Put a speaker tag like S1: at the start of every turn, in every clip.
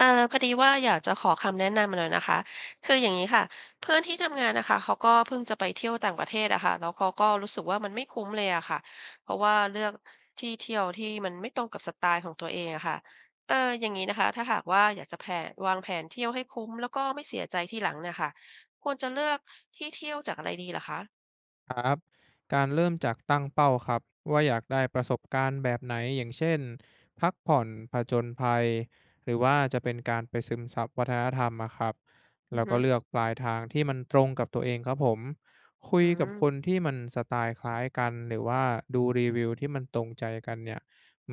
S1: อ่อพอดีว่าอยากจะขอคำแนะนำมาหน่อยนะคะคืออย่างนี้ค่ะเพื่อนที่ทำงานนะคะเขาก็เพิ่งจะไปเที่ยวต่างประเทศอะค่ะแล้วเขาก็รู้สึกว่ามันไม่คุ้มเลยอะค่ะเพราะว่าเลือกที่เที่ยวที่มันไม่ตรงกับสไตล์ของตัวเองอะค่ะเอออย่างนี้นะคะถ้าหากว่าอยากจะแผนวางแผนเที่ยวให้คุ้มแล้วก็ไม่เสียใจทีหลังน่ะค่ะควรจะเลือกที่เที่ยวจากอะไรดีล่ะคะ
S2: ครับการเริ่มจากตั้งเป้าครับว่าอยากได้ประสบการณ์แบบไหนอย่างเช่นพักผ่อนผจญภัยหรือว่าจะเป็นการไปซึมซับวัฒนธรรมอะครับ
S1: อื
S2: แล้
S1: อ
S2: วก็
S1: ฮึ
S2: เลือกปลายทางที่มันตรงกับตัวเองครับผมคุ
S1: อื
S2: ยกับคน
S1: ม
S2: ที่มันสไตล์คล้ายกันหรือว่าดูรีวิวที่มันตรงใจกันเนี่ย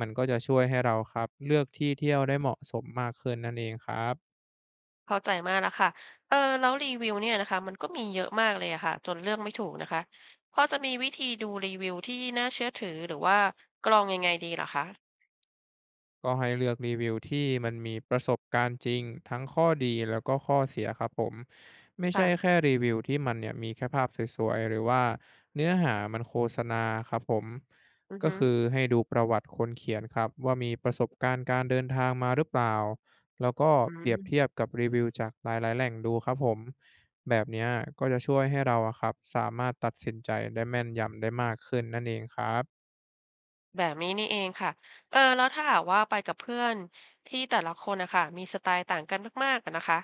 S2: มันก็จะช่วยให้เราครับเลือกที่เที่ยวได้เหมาะสมมากขึ้นนั่นเองครับ
S1: เข้าใจมากแล้วค่ะเออแล้วรีวิวเนี่ยนะคะมันก็มีเยอะมากเลยอะค่ะจนเลือกไม่ถูกนะคะพอจะมีวิธีดูรีวิวที่น่าเชื่อถือหรือว่ากรองยังไงดีเหรอคะ
S2: ก็ให้เลือกรีวิวที่มันมีประสบการณ์จริงทั้งข้อดีแล้วก็ข้อเสียครับผมไม่ใช่
S1: ค่ะ
S2: แค่รีวิวที่มันเนี่ยมีแค่ภาพสวยๆหรือว่าเนื้อหามันโฆษณาครับผม
S1: อือ
S2: ก็
S1: ฮึ
S2: คือให้ดูประวัติคนเขียนครับว่ามีประสบการณ์การเดินทางมาหรือเปล่าแล้วก็
S1: อื
S2: เปรียบเทียบ
S1: ม
S2: กับรีวิวจากหลายๆแหล่งดูครับผมแบบเนี้ยก็จะช่วยให้เราอะครับสามารถตัดสินใจได้แม่นยำได้มากขึ้นนั่นเองครับ
S1: แบบนี้นี่เองค่ะเออแล้วถ้าหากว่าไปกับเพื่อนที่แต่ละคนนะค่ะมีสไตล์ต่างกันมากๆอะนะคะ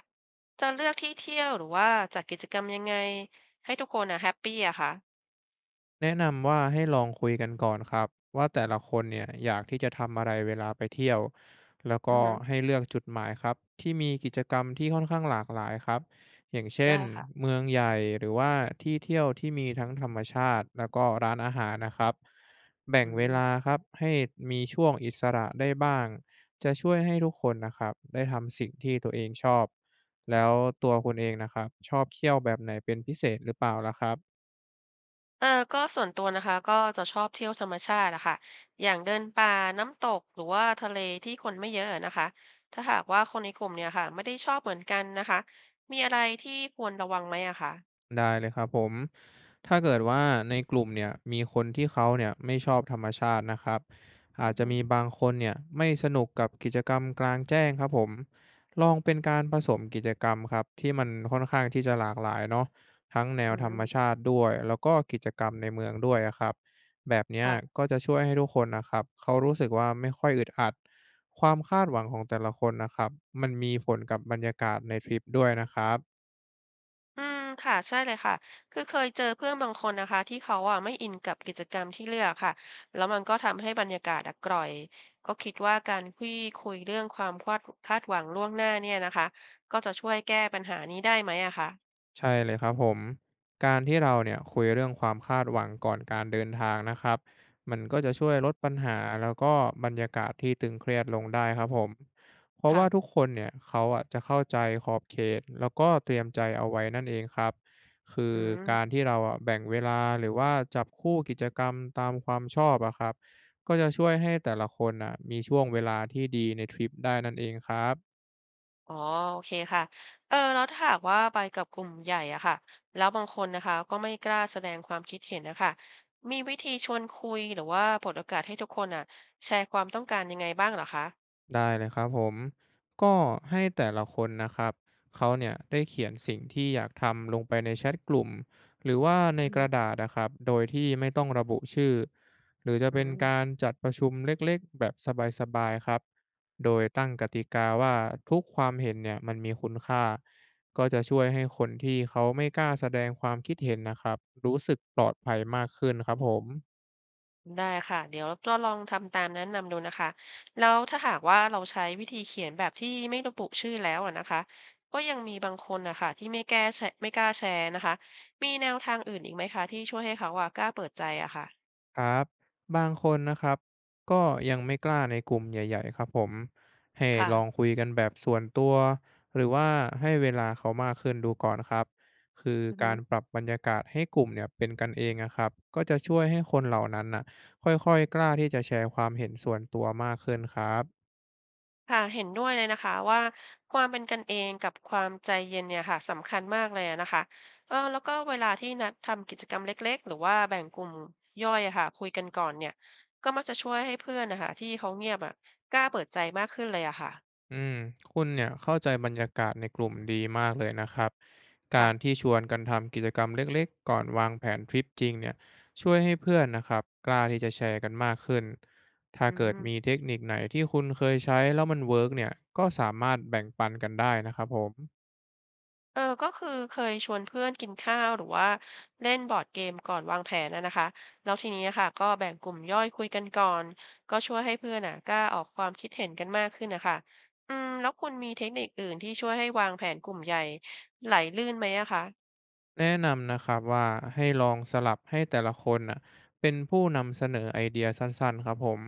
S1: จะเลือกที่เที่ยวหรือว่าจัดกิจกรรมยังไงให้ทุกคนนะแฮปปีอะคะ
S2: แนะนำว่าให้ลองคุยกันก่อนครับว่าแต่ละคนเนี่ยอยากที่จะทำอะไรเวลาไปเที่ยวแล้ว
S1: อื
S2: ก็
S1: อฮึ
S2: ให้เลือกจุดหมายครับที่มีกิจกรรมที่ค่อนข้างหลากหลายครับอย่างเช่น
S1: ได้ค่ะ
S2: เมืองใหญ่หรือว่าที่เที่ยวที่มีทั้งธรรมชาติแล้วก็ร้านอาหารนะครับแบ่ง
S1: อื
S2: เว
S1: ม
S2: ลาครับให้มีช่วงอิสระได้บ้างจะช่วยให้ทุกคนนะครับได้ทำสิ่งที่ตัวเองชอบแล้วตัวคุณเองนะครับชอบเที่ยวแบบไหนเป็นพิเศษหรือเปล่าล่ะครับ
S1: เออก็ส่วนตัวนะคะก็จะชอบเที่ยวธรรมชาติอะค่ะอย่างเดินป่าน้ำตก หรือว่าทะเลที่คนไม่เยอะอะนะคะถ้าหากว่าคนในกลุ่มเนี่ยค่ะไม่ได้ชอบเหมือนกันนะคะมีอะไรที่ควรระวังไหมอะคะ
S2: ได้เลยครับผมถ้าเกิดว่าในกลุ่มเนี่ยมีคนที่เขาเนี่ยไม่ชอบธรรมชาตินะครับอา
S1: อื
S2: จ
S1: อ
S2: จะ
S1: ฮึ
S2: มีบางคนเนี่ยไม่สนุกกับกิจกรรมกลางแจ้งครับผมลองเป็นการผสมกิจกรรมครับที่มันค่อนข้างที่จะหลากหลายเนาะทั้งแนว
S1: อื
S2: ธร
S1: ม
S2: รมชาติด้วยแล้วก็กิจกรรมในเมืองด้วยอะครับแบบเนี้ย
S1: ค่ะ
S2: ก็จะช่วยให้ทุกคนนะครับเขารู้สึกว่าไม่ค่อยอึดอัดความคาดหวังของแต่ละคนนะครับมันมีผลกับบรรยากาศในทริปด้วยนะครับ
S1: อืมค่ะใช่เลยค่ะคือเคยเจอเพื่อนบางคนนะคะที่เขาอ่ะไม่อินกับกิจกรรมที่เลือกค่ะแล้วมันก็ทำให้บรรยากาศอะกร่อย ก็คิดว่าการคุยเรื่องความคาดหวังล่วงหน้าเนี่ยนะคะก็จะช่วยแก้ปัญหานี้ได้ไหมอะคะ
S2: ใช่เลยครับผม การที่เราเนี่ยคุยเรื่องความคาดหวังก่อนการเดินทางนะครับ มันก็จะช่วยลดปัญหาแล้วก็บรรยากาศที่ตึงเครียดลงได้ครับผม เพราะ
S1: ค่ะ
S2: ว่าทุกคนเนี่ยเขาอ่ะจะเข้าใจขอบเขตแล้วก็เตรียมใจเอาไว้นั่นเองครับคือ
S1: อืม
S2: การที่เราอ่ะแบ่งเวลาหรือว่าจับคู่กิจกรรมตามความชอบอะครับ ก็จะช่วยให้แต่ละคนอ่ะมีช่วงเวลาที่ดีในทริปได้นั่นเองครับ
S1: อ๋อโอเคค่ะ เออแล้วถ้าหากว่าไปกับกลุ่มใหญ่อะค่ะแล้วบางคนนะคะก็ไม่กล้าแสดงความคิดเห็นนะคะมีวิธีชวนคุยหรือว่าเปิดโอกาสให้ทุกคนอะแชร์ความต้องการยังไงบ้างเหรอคะ
S2: ได้เลยครับผมก็ให้แต่ละคนนะครับเขาเนี่ยได้เขียนสิ่งที่อยากทำลงไปในแชทกลุ่มหรือว่าใน
S1: อื
S2: กระ
S1: ม
S2: ดาษนะครับโดยที่ไม่ต้องระบุชื่อหรือจะ
S1: อื
S2: เป็น
S1: ม
S2: การจัดประชุมเล็กๆแบบสบายๆครับโดยตั้งกติกาว่าทุกความเห็นเนี่ยมันมีคุณค่าก็จะช่วยให้คนที่เขาไม่กล้าแสดงความคิดเห็นนะครับรู้สึกปลอดภัยมากขึ้นครับผม
S1: ได้ค่ะเดี๋ยวเราลองทำตามแนะนำดูนะคะแล้วถ้าหากว่าเราใช้วิธีเขียนแบบที่ไม่ระบุชื่อแล้วอะนะคะก็ยังมีบางคนนะคะที่ไม่กล้าแชร์นะคะมีแนวทางอื่นอีกไหมคะที่ช่วยให้เขาอะกล้าเปิดใจอะค่ะ
S2: ครับบางคนนะครับก็ยังไม่กล้าในกลุ่มใหญ่ๆครับผมให้
S1: ค่ะ
S2: ลองคุยกันแบบส่วนตัวหรือว่าให้เวลาเขามากขึ้นดูก่อนครับคือ
S1: อือฮึ
S2: การปรับบรรยากาศให้กลุ่มเนี่ยเป็นกันเองอะครับก็จะช่วยให้คนเหล่านั้นน่ะค่อยๆกล้าที่จะแชร์ความเห็นส่วนตัวมากขึ้นครับ
S1: ค่ะเห็นด้วยเลยนะคะว่าความเป็นกันเองกับความใจเย็นเนี่ยค่ะสำคัญมากเลยอะนะคะเออแล้วก็เวลาที่นัดทำกิจกรรมเล็กๆหรือว่าแบ่งกลุ่มย่อยอะค่ะคุยกันก่อนเนี่ยก็มักจะช่วยให้เพื่อนนะคะที่เขาเงียบอะกล้าเปิดใจมากขึ้นเลยอะค่ะ
S2: อืมคุณเนี่ยเข้าใจบรรยากาศในกลุ่มดีมากเลยนะครับการ
S1: ค่ะ
S2: ที่ชวนกันทำกิจกรรมเล็กๆก่อนวางแผนทริปจริงเนี่ยช่วยให้เพื่อนนะครับกล้าที่จะแชร์กันมากขึ้นถ้า
S1: อื
S2: เกิด
S1: ม
S2: มีเทคนิคไหนที่คุณเคยใช้แล้วมันเวิร์กเนี่ยก็สามารถแบ่งปันกันได้นะครับผม
S1: เออก็คือเคยชวนเพื่อนกินข้าวหรือว่าเล่นบอร์ดเกมก่อนวางแผนนะคะแล้วทีนี้ค่ะก็แบ่งกลุ่มย่อยคุยกันก่อนก็ช่วยให้เพื่อนอ่ะกล้าออกความคิดเห็นกันมากขึ้นนะคะอืมแล้วคุณมีเทคนิคอื่นที่ช่วยให้วางแผนกลุ่มใหญ่ไหลลื่นไหมอะคะ
S2: แนะนำนะครับว่าให้ลองสลับให้แต่ละคนน่ะเป็นผู้นำเสนอไอเดียสั้นๆครับผม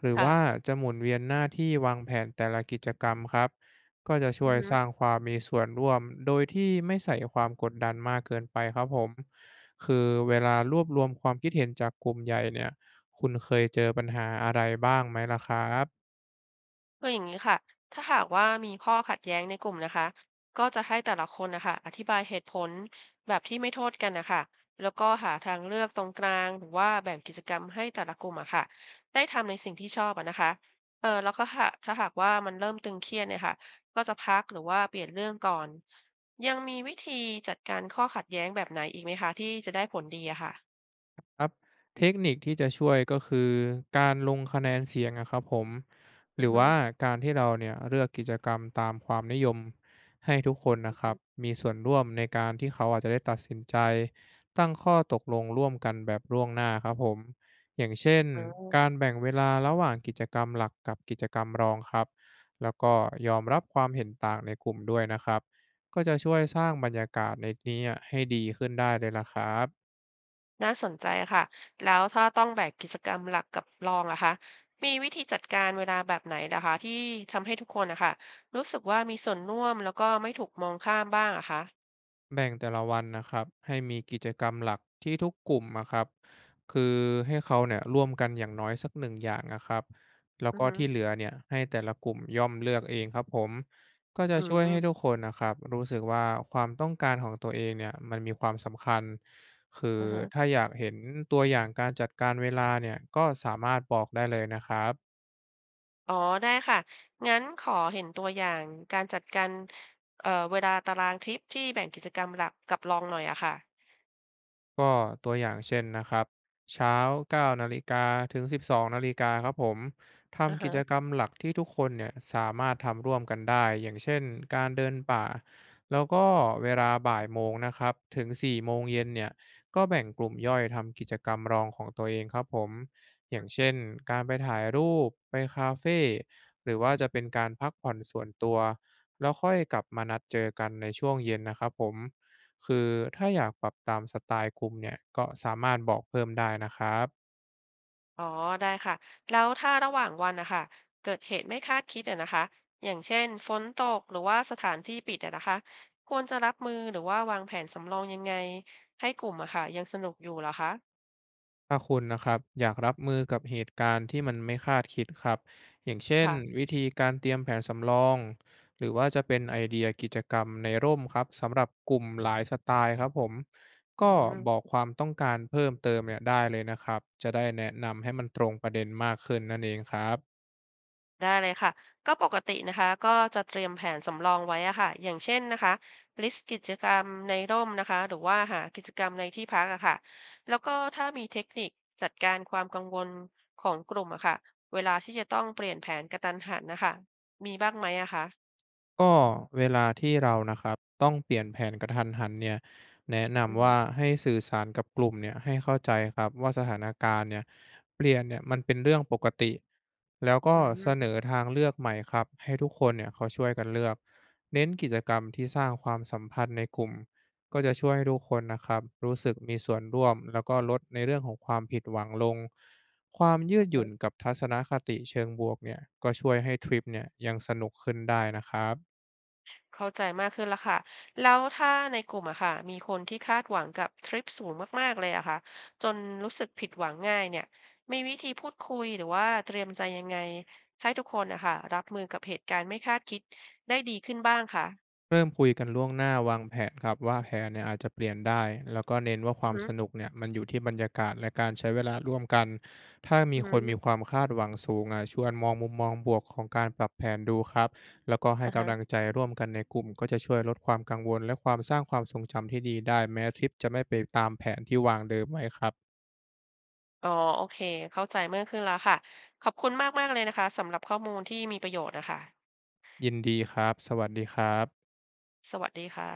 S2: หรือ
S1: ค่ะ
S2: ว่าจะหมุนเวียนหน้าที่วางแผนแต่ละกิจกรรมครับก็จะช่
S1: อื
S2: ว
S1: อ
S2: ย
S1: ฮึ
S2: สร้างความมีส่วนร่วมโดยที่ไม่ใส่ความกดดันมากเกินไปครับผมคือเวลารวบรวมความคิดเห็นจากกลุ่มใหญ่เนี่ยคุณเคยเจอปัญหาอะไรบ้างไหมล่ะครับ
S1: คืออย่างนี้ค่ะถ้าหากว่ามีข้อขัดแย้งในกลุ่มนะคะก็จะให้แต่ละคนนะคะอธิบายเหตุผลแบบที่ไม่โทษกันนะคะแล้วก็หาทางเลือกตรงกลางหรือว่าแบ่งกิจกรรมให้แต่ละกลุ่มอะค่ะได้ทำในสิ่งที่ชอบอะนะคะเออแล้วก็หาถ้าหากว่ามันเริ่มตึงเครียดเนี่ยค่ะก็จะพักหรือว่าเปลี่ยนเรื่องก่อนยังมีวิธี
S2: ครับเทคนิคที่จะช่วยก็คือการลงคะแนนเสียงอะครับผมหรือว่าการที่เราเนี่ยเลือกกิจกรรมตามความนิยมให้ทุกคนนะครับมีส่วนร่วมในการที่เขาอาจจะได้ตัดสินใจตั้งข้อตกลงร่วมกันแบบล่วงหน้าครับผมอย่างเช่นการแบ่งเวลาระหว่างกิจกรรมหลักกับกิจกรรมรองครับแล้วก็ยอมรับความเห็นต่างในกลุ่มด้วยนะครับก็จะช่วยสร้างบรรยากาศในนี้อะให้ดีขึ้นได้เลยล่ะครับ
S1: น่าสนใจค่ะแล้วถ้าต้องแบ่งกิจกรรมหลักกับรองล่ะคะมีวิธีจัดการเวลาแบบไหนล่ะคะที่ทำให้ทุกคนนะคะรู้สึกว่ามีส่วนร่วมแล้วก็ไม่ถูกมองข้ามบ้างอะคะ
S2: แบ่งแต่ละวันนะครับให้มีกิจกรรมหลักที่ทุกกลุ่มนะครับคือให้เขาเนี่ยร่วมกันอย่างน้อยสักหนึ่งอย่างนะครับแล้ว
S1: อือ
S2: ก็
S1: ฮึ
S2: ที่เหลือเนี่ยให้แต่ละกลุ่มย่อมเลือกเองครับผมก็จะ
S1: อื
S2: ช่วย
S1: ม
S2: ให้ทุกคนนะครับรู้สึกว่าความต้องการของตัวเองเนี่ยมันมีความสำคัญคือ
S1: อือฮะ
S2: ถ้าอยากเห็นตัวอย่างการจัดการเวลาเนี่ยก็สามารถบอกได้เลยนะครับ
S1: อ๋อได้ค่ะงั้นขอเห็นตัวอย่างการจัดการเวลาตารางทริปที่แบ่งกิจกรรมหลักกับรองหน่อยอะค่ะ
S2: ก็ตัวอย่างเช่นนะครับเช้า9 นาฬิกาถึง12 นาฬิกาครับผม
S1: อือ
S2: ทำกิ
S1: ฮะ
S2: จกรรมหลักที่ทุกคนเนี่ยสามารถทำร่วมกันได้อย่างเช่นการเดินป่าแล้วก็เวลาบ่ายโมงนะครับถึงสี่โมงเย็นเนี่ยก็แบ่งกลุ่มย่อยทำกิจกรรมรองของตัวเองครับผมอย่างเช่นการไปถ่ายรูปไปคาเฟ่หรือว่าจะเป็นการพักผ่อนส่วนตัวแล้วค่อยกลับมานัดเจอกันในช่วงเย็นนะครับผม คือถ้าอยากปรับตามสไตล์กลุ่มเนี่ยก็สามารถบอกเพิ่มได้นะครับ
S1: อ๋อได้ค่ะแล้วถ้าระหว่างวันนะคะเกิดเหตุไม่คาดคิดอะนะคะอย่างเช่นฝนตกหรือว่าสถานที่ปิดอะนะคะควรจะรับมือหรือว่าวางแผนสำรองยังไงให้กลุ่มอะค่ะยังสนุกอยู่เหรอคะ
S2: ถ้าคุณนะครับอยากรับมือกับเหตุการณ์ที่มันไม่คาดคิดครับอย่างเช่น
S1: ค่ะ
S2: วิธีการเตรียมแผนสำรองหรือว่าจะเป็นไอเดียกิจกรรมในร่มครับสำหรับกลุ่มหลายสไตล์ครับผม
S1: อื
S2: ก็บ
S1: ม
S2: อกความต้องการเพิ่มเติมเนี่ยได้เลยนะครับจะได้แนะนำให้มันตรงประเด็นมากขึ้นนั่นเองครับ
S1: ได้เลยค่ะ ก็ปกตินะคะก็จะเตรียมแผนสำรองไว้อะค่ะอย่างเช่นนะคะ ลิสต์กิจกรรมในร่มนะคะ หรือว่าหากิจกรรมในที่พักอะค่ะแล้วก็ถ้ามีเทคนิคจัดการความกังวลของกลุ่มอะค่ะเวลาที่จะต้องเปลี่ยนแผนกะทันหันนะคะ มีบ้างไหมอะคะ
S2: ก็เวลาที่เรานะครับต้องเปลี่ยนแผนกระทันหันเนี่ยแนะ
S1: อือ
S2: นำ
S1: ฮึ
S2: ว่าให้สื่อสารกับกลุ่มเนี่ยให้เข้าใจครับว่าสถานการณ์เนี่ยเปลี่ยนเนี่ยมันเป็นเรื่องปกติแล้วก็เสน
S1: อื
S2: อทางเลือกใหม่ครับให้ทุกคนเนี่ยเขาช่วยกันเลือกเน้นกิจกรรมที่สร้างความสัมพันธ์ในกลุ่มก็จะช่วยให้ทุกคนนะครับรู้สึกมีส่วนร่วมแล้วก็ลดในเรื่องของความผิดหวังลงความยืดหยุ่น
S1: ม
S2: กับทัศนคติเชิงบวกเนี่ยก็ช่วยให้ทริปเนี่ยยังสนุกขึ้นได้นะครับ
S1: เข้าใจมากขึ้นแล้วค่ะ แล้วถ้าในกลุ่มอะค่ะมีคนที่คาดหวังกับทริปสูงมากๆเลยอะค่ะจนรู้สึกผิดหวังง่ายเนี่ยมีวิธีพูดคุยหรือว่าเตรียมใจยังไงให้ทุกคนอะค่ะรับมือกับเหตุการณ์ไม่คาดคิดได้ดีขึ้นบ้างค่ะ
S2: เริ่มคุยกันล่วงหน้าวางแผนครับว่าแผนเนี่ยอาจจะเปลี่ยนได้แล้วก็เน้นว่าค
S1: อื
S2: วา
S1: อ
S2: ม
S1: ฮึ
S2: สนุกเนี่ยมันอยู่ที่บรรยากาศและการใช้เวลาร่วมกันถ้ามี
S1: อือ
S2: ค
S1: ฮึ
S2: นมีความคาดหวังสูงอ่ะชวนมองมุมมองบวกของการปรับแผนดูครับแล้วก็ให้
S1: อ่าฮะ
S2: กำลังใจร่วมกันในกลุ่มก็จะช่วยลดความกังวลและความสร้างความทรงจำที่ดีได้แม้ทริปจะไม่ไปตามแผนที่วางเดิมไว้ครับ
S1: อ๋อโอเคเข้าใจมากขึ้นแล้วค่ะขอบคุณมากๆเลยนะคะสำหรับข้อมูลที่มีประโยชน์นะคะ
S2: ยินดีครับสวัสดีครับ
S1: สวัสดีค่ะ